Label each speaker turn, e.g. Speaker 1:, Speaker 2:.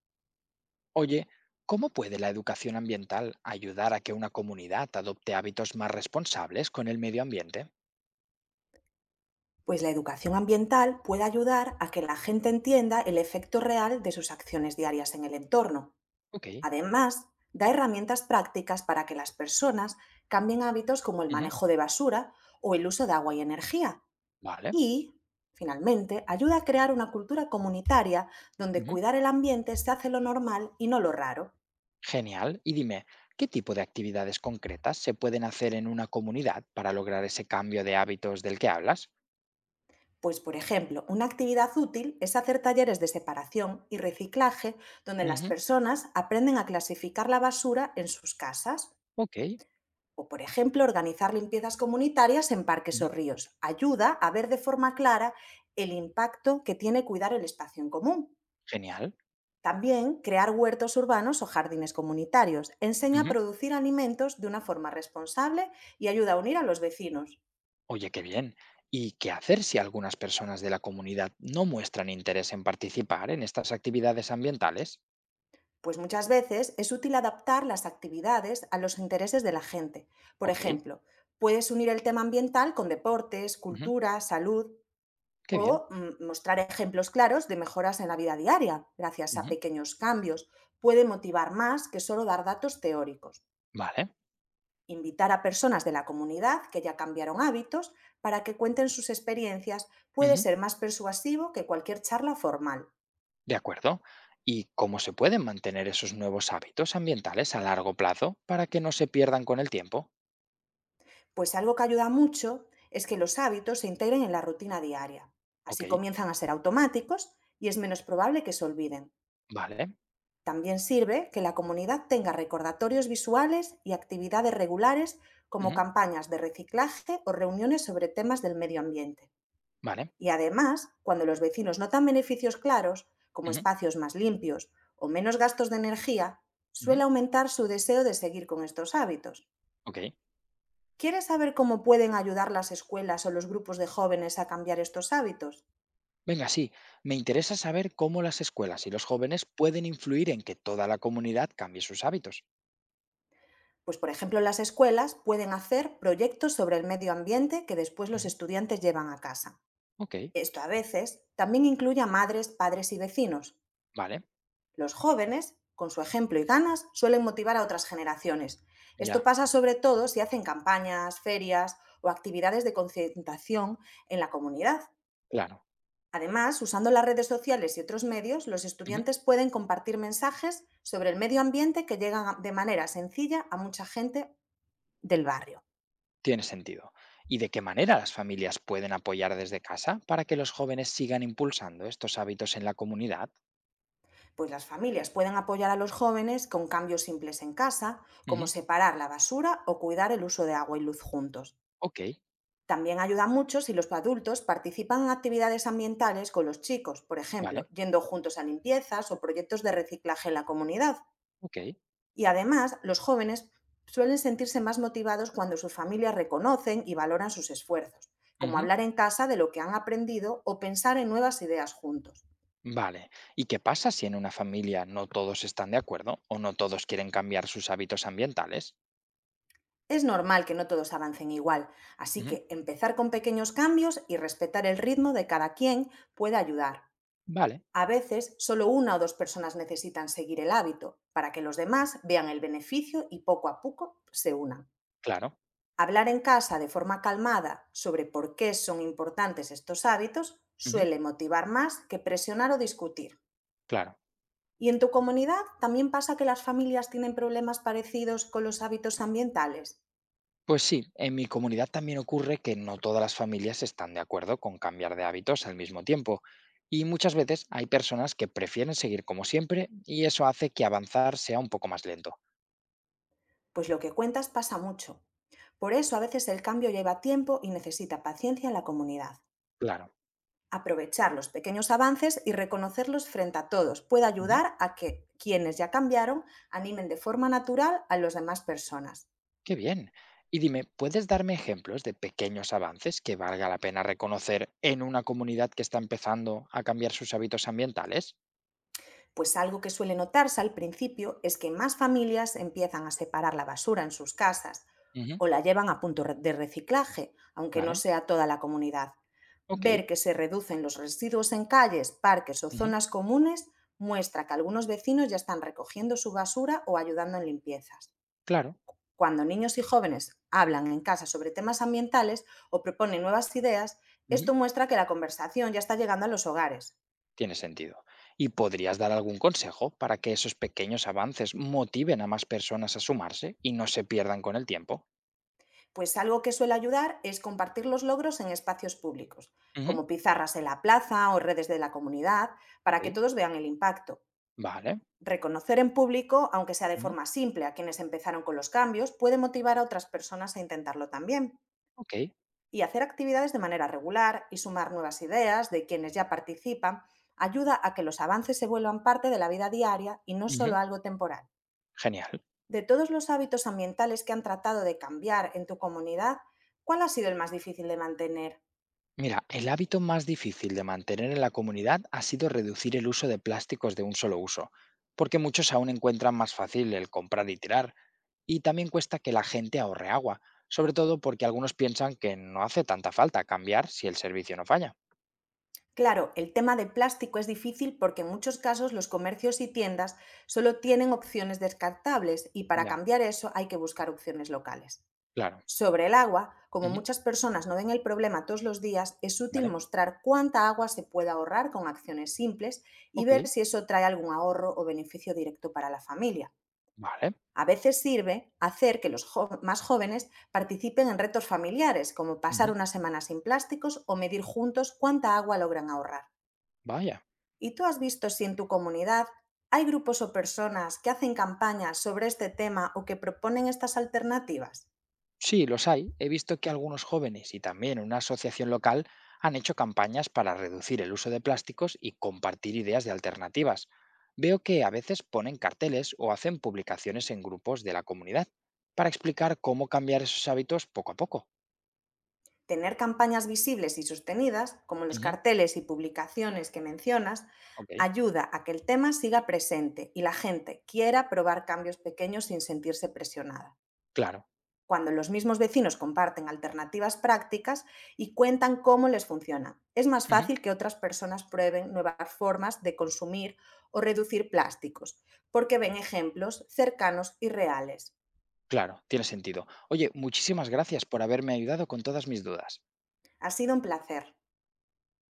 Speaker 1: Oye, ¿cómo puede la educación ambiental ayudar a que una comunidad adopte hábitos más responsables con el medio ambiente?
Speaker 2: Pues la educación ambiental puede ayudar a que la gente entienda el efecto real de sus acciones diarias en el entorno.
Speaker 1: Ok,
Speaker 2: Además, da herramientas prácticas para que las personas cambien hábitos como el
Speaker 1: ujú,
Speaker 2: manejo de basura o el uso de agua y energía.
Speaker 1: vale.
Speaker 2: Y, finalmente, ayuda a crear una cultura comunitaria donde
Speaker 1: Ujú,
Speaker 2: cuidar el ambiente se hace lo normal y no lo raro.
Speaker 1: genial. Y dime, ¿qué tipo de actividades concretas se pueden hacer en una comunidad para lograr ese cambio de hábitos del que hablas?
Speaker 2: Pues, por ejemplo, una actividad útil es hacer talleres de separación y reciclaje donde las
Speaker 1: Ujú,
Speaker 2: personas aprenden a clasificar la basura en sus casas
Speaker 1: ok,
Speaker 2: o, por ejemplo, organizar limpiezas comunitarias en parques o
Speaker 1: ujú,
Speaker 2: ríos. Ayuda a ver de forma clara el impacto que tiene cuidar el espacio en común.
Speaker 1: genial.
Speaker 2: También crear huertos urbanos o jardines comunitarios. Enseña a
Speaker 1: Ujú.
Speaker 2: producir alimentos de una forma responsable y ayuda a unir a los vecinos.
Speaker 1: Oye, qué bien. ¿Y qué hacer si algunas personas de la comunidad no muestran interés en participar en estas actividades ambientales?
Speaker 2: Pues muchas veces es útil adaptar las actividades a los intereses de la gente. Por
Speaker 1: Ok,
Speaker 2: ejemplo, puedes unir el tema ambiental con deportes,
Speaker 1: ujú,
Speaker 2: cultura, salud
Speaker 1: qué bien.
Speaker 2: o mostrar ejemplos claros de mejoras en la vida diaria gracias a
Speaker 1: Ujú,
Speaker 2: pequeños cambios. Puede motivar más que solo dar datos teóricos.
Speaker 1: vale.
Speaker 2: Invitar a personas de la comunidad que ya cambiaron hábitos para que cuenten sus experiencias puede
Speaker 1: Ujú,
Speaker 2: ser más persuasivo que cualquier charla formal.
Speaker 1: de acuerdo. ¿Y cómo se pueden mantener esos nuevos hábitos ambientales a largo plazo para que no se pierdan con el tiempo?
Speaker 2: Pues algo que ayuda mucho es que los hábitos se integren en la rutina diaria.
Speaker 1: Ok,
Speaker 2: Así comienzan a ser automáticos y es menos probable que se olviden.
Speaker 1: vale.
Speaker 2: También sirve que la comunidad tenga recordatorios visuales y actividades regulares como
Speaker 1: Ujú,
Speaker 2: campañas de reciclaje o reuniones sobre temas del medio ambiente.
Speaker 1: vale.
Speaker 2: Y además, cuando los vecinos notan beneficios claros, como
Speaker 1: Ujú,
Speaker 2: espacios más limpios o menos gastos de energía,
Speaker 1: ujú,
Speaker 2: suele aumentar su deseo de seguir con estos hábitos.
Speaker 1: ok.
Speaker 2: ¿Quieres saber cómo pueden ayudar las escuelas o los grupos de jóvenes a cambiar estos hábitos?
Speaker 1: Venga, sí. Me interesa saber cómo las escuelas y los jóvenes pueden influir en que toda la comunidad cambie sus hábitos.
Speaker 2: Pues, por ejemplo, las escuelas pueden hacer proyectos sobre el medio ambiente que después los
Speaker 1: Ujú,
Speaker 2: estudiantes llevan a casa.
Speaker 1: ok,
Speaker 2: Esto a veces también incluye a madres, padres y vecinos.
Speaker 1: vale.
Speaker 2: Los jóvenes, con su ejemplo y ganas, suelen motivar a otras generaciones. Esto
Speaker 1: Ya,
Speaker 2: pasa sobre todo si hacen campañas, ferias o actividades de concientización en la comunidad.
Speaker 1: claro.
Speaker 2: Además, usando las redes sociales y otros medios, los
Speaker 1: Ujú,
Speaker 2: estudiantes pueden compartir mensajes sobre el medio ambiente que de manera sencilla a mucha gente del barrio.
Speaker 1: tiene sentido. ¿Y de qué manera las familias pueden apoyar desde casa para que los jóvenes sigan impulsando estos hábitos en la comunidad?
Speaker 2: Pues las familias pueden apoyar a los jóvenes con cambios simples en casa, como
Speaker 1: Ujú,
Speaker 2: separar la basura o cuidar el uso de agua y luz juntos.
Speaker 1: ok,
Speaker 2: También ayuda mucho si los adultos participan en actividades ambientales con los chicos, por ejemplo,
Speaker 1: vale.
Speaker 2: yendo juntos a limpiezas o proyectos de reciclaje en la comunidad.
Speaker 1: Ok.
Speaker 2: Y además, los jóvenes suelen sentirse más motivados cuando sus familias reconocen y valoran sus esfuerzos, como
Speaker 1: Ujú,
Speaker 2: hablar en casa de lo que han aprendido o pensar en nuevas ideas juntos.
Speaker 1: vale. ¿Y qué pasa si en una familia no todos están de acuerdo o no todos quieren cambiar sus hábitos ambientales?
Speaker 2: Es normal que no todos avancen igual, así
Speaker 1: Ujú,
Speaker 2: que empezar con pequeños cambios y respetar el ritmo de cada quien puede ayudar.
Speaker 1: vale,
Speaker 2: A veces, solo una o dos personas necesitan seguir el hábito para que los demás vean el beneficio y poco a poco se unan.
Speaker 1: claro.
Speaker 2: Hablar en casa de forma calmada sobre por qué son importantes estos hábitos
Speaker 1: Ujú,
Speaker 2: suele motivar más que presionar o discutir.
Speaker 1: claro.
Speaker 2: ¿Y en tu comunidad también pasa que las familias tienen problemas parecidos con los hábitos ambientales?
Speaker 1: Pues sí, en mi comunidad también ocurre que no todas las familias están de acuerdo con cambiar de hábitos al mismo tiempo. Y muchas veces hay personas que prefieren seguir como siempre y eso hace que avanzar sea un poco más lento.
Speaker 2: Pues lo que cuentas pasa mucho. Por eso a veces el cambio lleva tiempo y necesita paciencia en la comunidad.
Speaker 1: Claro.
Speaker 2: Aprovechar los pequeños avances y reconocerlos frente a todos puede ayudar a que quienes ya cambiaron animen de forma natural a las demás personas.
Speaker 1: Qué bien. Y dime, ¿puedes darme ejemplos de pequeños avances que valga la pena reconocer en una comunidad que está empezando a cambiar sus hábitos ambientales?
Speaker 2: Pues algo que suele notarse al principio es que más familias empiezan a separar la basura en sus casas
Speaker 1: Ujú,
Speaker 2: o la llevan a de reciclaje, aunque no
Speaker 1: vale,
Speaker 2: sea toda la comunidad.
Speaker 1: ok,
Speaker 2: Ver que se reducen los residuos en calles, parques o
Speaker 1: ujú,
Speaker 2: zonas comunes muestra que algunos vecinos ya están recogiendo su basura o ayudando en limpiezas.
Speaker 1: claro,
Speaker 2: Cuando niños y jóvenes hablan en casa sobre temas ambientales o proponen nuevas ideas,
Speaker 1: ujú,
Speaker 2: esto muestra que la conversación ya está llegando a los hogares.
Speaker 1: tiene sentido. ¿Y podrías dar algún consejo para que esos pequeños avances motiven a más personas a sumarse y no se pierdan con el tiempo?
Speaker 2: Pues algo que suele ayudar es compartir los logros en espacios públicos,
Speaker 1: Ujú,
Speaker 2: como pizarras en la plaza o redes de la comunidad, para que
Speaker 1: ok,
Speaker 2: todos vean el impacto.
Speaker 1: vale,
Speaker 2: Reconocer en público, aunque sea de
Speaker 1: ujú,
Speaker 2: forma simple, a quienes empezaron con los cambios, puede motivar a otras personas a intentarlo también.
Speaker 1: ok,
Speaker 2: Y hacer actividades de manera regular y sumar nuevas ideas de quienes ya participan ayuda a que los avances se vuelvan parte de la vida diaria y no solo
Speaker 1: ujú,
Speaker 2: algo temporal.
Speaker 1: genial.
Speaker 2: De todos los hábitos ambientales que han tratado de cambiar en tu comunidad, ¿cuál ha sido el más difícil de mantener?
Speaker 1: Mira, el hábito más difícil de mantener en la comunidad ha sido reducir el uso de plásticos de un solo uso, porque muchos aún encuentran más fácil el comprar y tirar, y también cuesta que la gente ahorre agua, sobre todo porque algunos piensan que no hace tanta falta cambiar si el servicio no falla.
Speaker 2: Claro, el tema de plástico es difícil porque en muchos casos los comercios y tiendas solo tienen opciones descartables y para
Speaker 1: Ya,
Speaker 2: cambiar eso hay que buscar opciones locales.
Speaker 1: claro.
Speaker 2: Sobre el agua, como
Speaker 1: Ujú,
Speaker 2: muchas personas no ven el problema todos los días, es útil
Speaker 1: vale,
Speaker 2: mostrar cuánta agua se puede ahorrar con acciones simples y
Speaker 1: ok,
Speaker 2: ver si eso trae algún ahorro o beneficio directo para la familia.
Speaker 1: vale.
Speaker 2: A veces sirve hacer que los más jóvenes participen en retos familiares, como pasar
Speaker 1: Ujú,
Speaker 2: una semana sin plásticos o medir juntos cuánta agua logran ahorrar.
Speaker 1: vaya.
Speaker 2: ¿Y tú has visto si en tu comunidad hay grupos o personas que hacen campañas sobre este tema o que proponen estas alternativas?
Speaker 1: Sí, los hay. He visto que algunos jóvenes y también una asociación local han hecho campañas para reducir el uso de plásticos y compartir ideas de alternativas. Veo que a veces ponen carteles o hacen publicaciones en grupos de la comunidad para explicar cómo cambiar esos hábitos poco a poco.
Speaker 2: Tener campañas visibles y sostenidas, como los
Speaker 1: Ujú,
Speaker 2: carteles y publicaciones que mencionas,
Speaker 1: ok,
Speaker 2: ayuda a que el tema siga presente y la gente quiera probar cambios pequeños sin sentirse presionada.
Speaker 1: claro.
Speaker 2: Cuando los mismos vecinos comparten alternativas prácticas y cuentan cómo les funciona, es más
Speaker 1: Ujú,
Speaker 2: fácil que otras personas prueben nuevas formas de consumir o reducir plásticos, porque ven ejemplos cercanos y reales.
Speaker 1: claro, tiene sentido. Oye, muchísimas gracias por haberme ayudado con todas mis dudas.
Speaker 2: Ha sido un placer.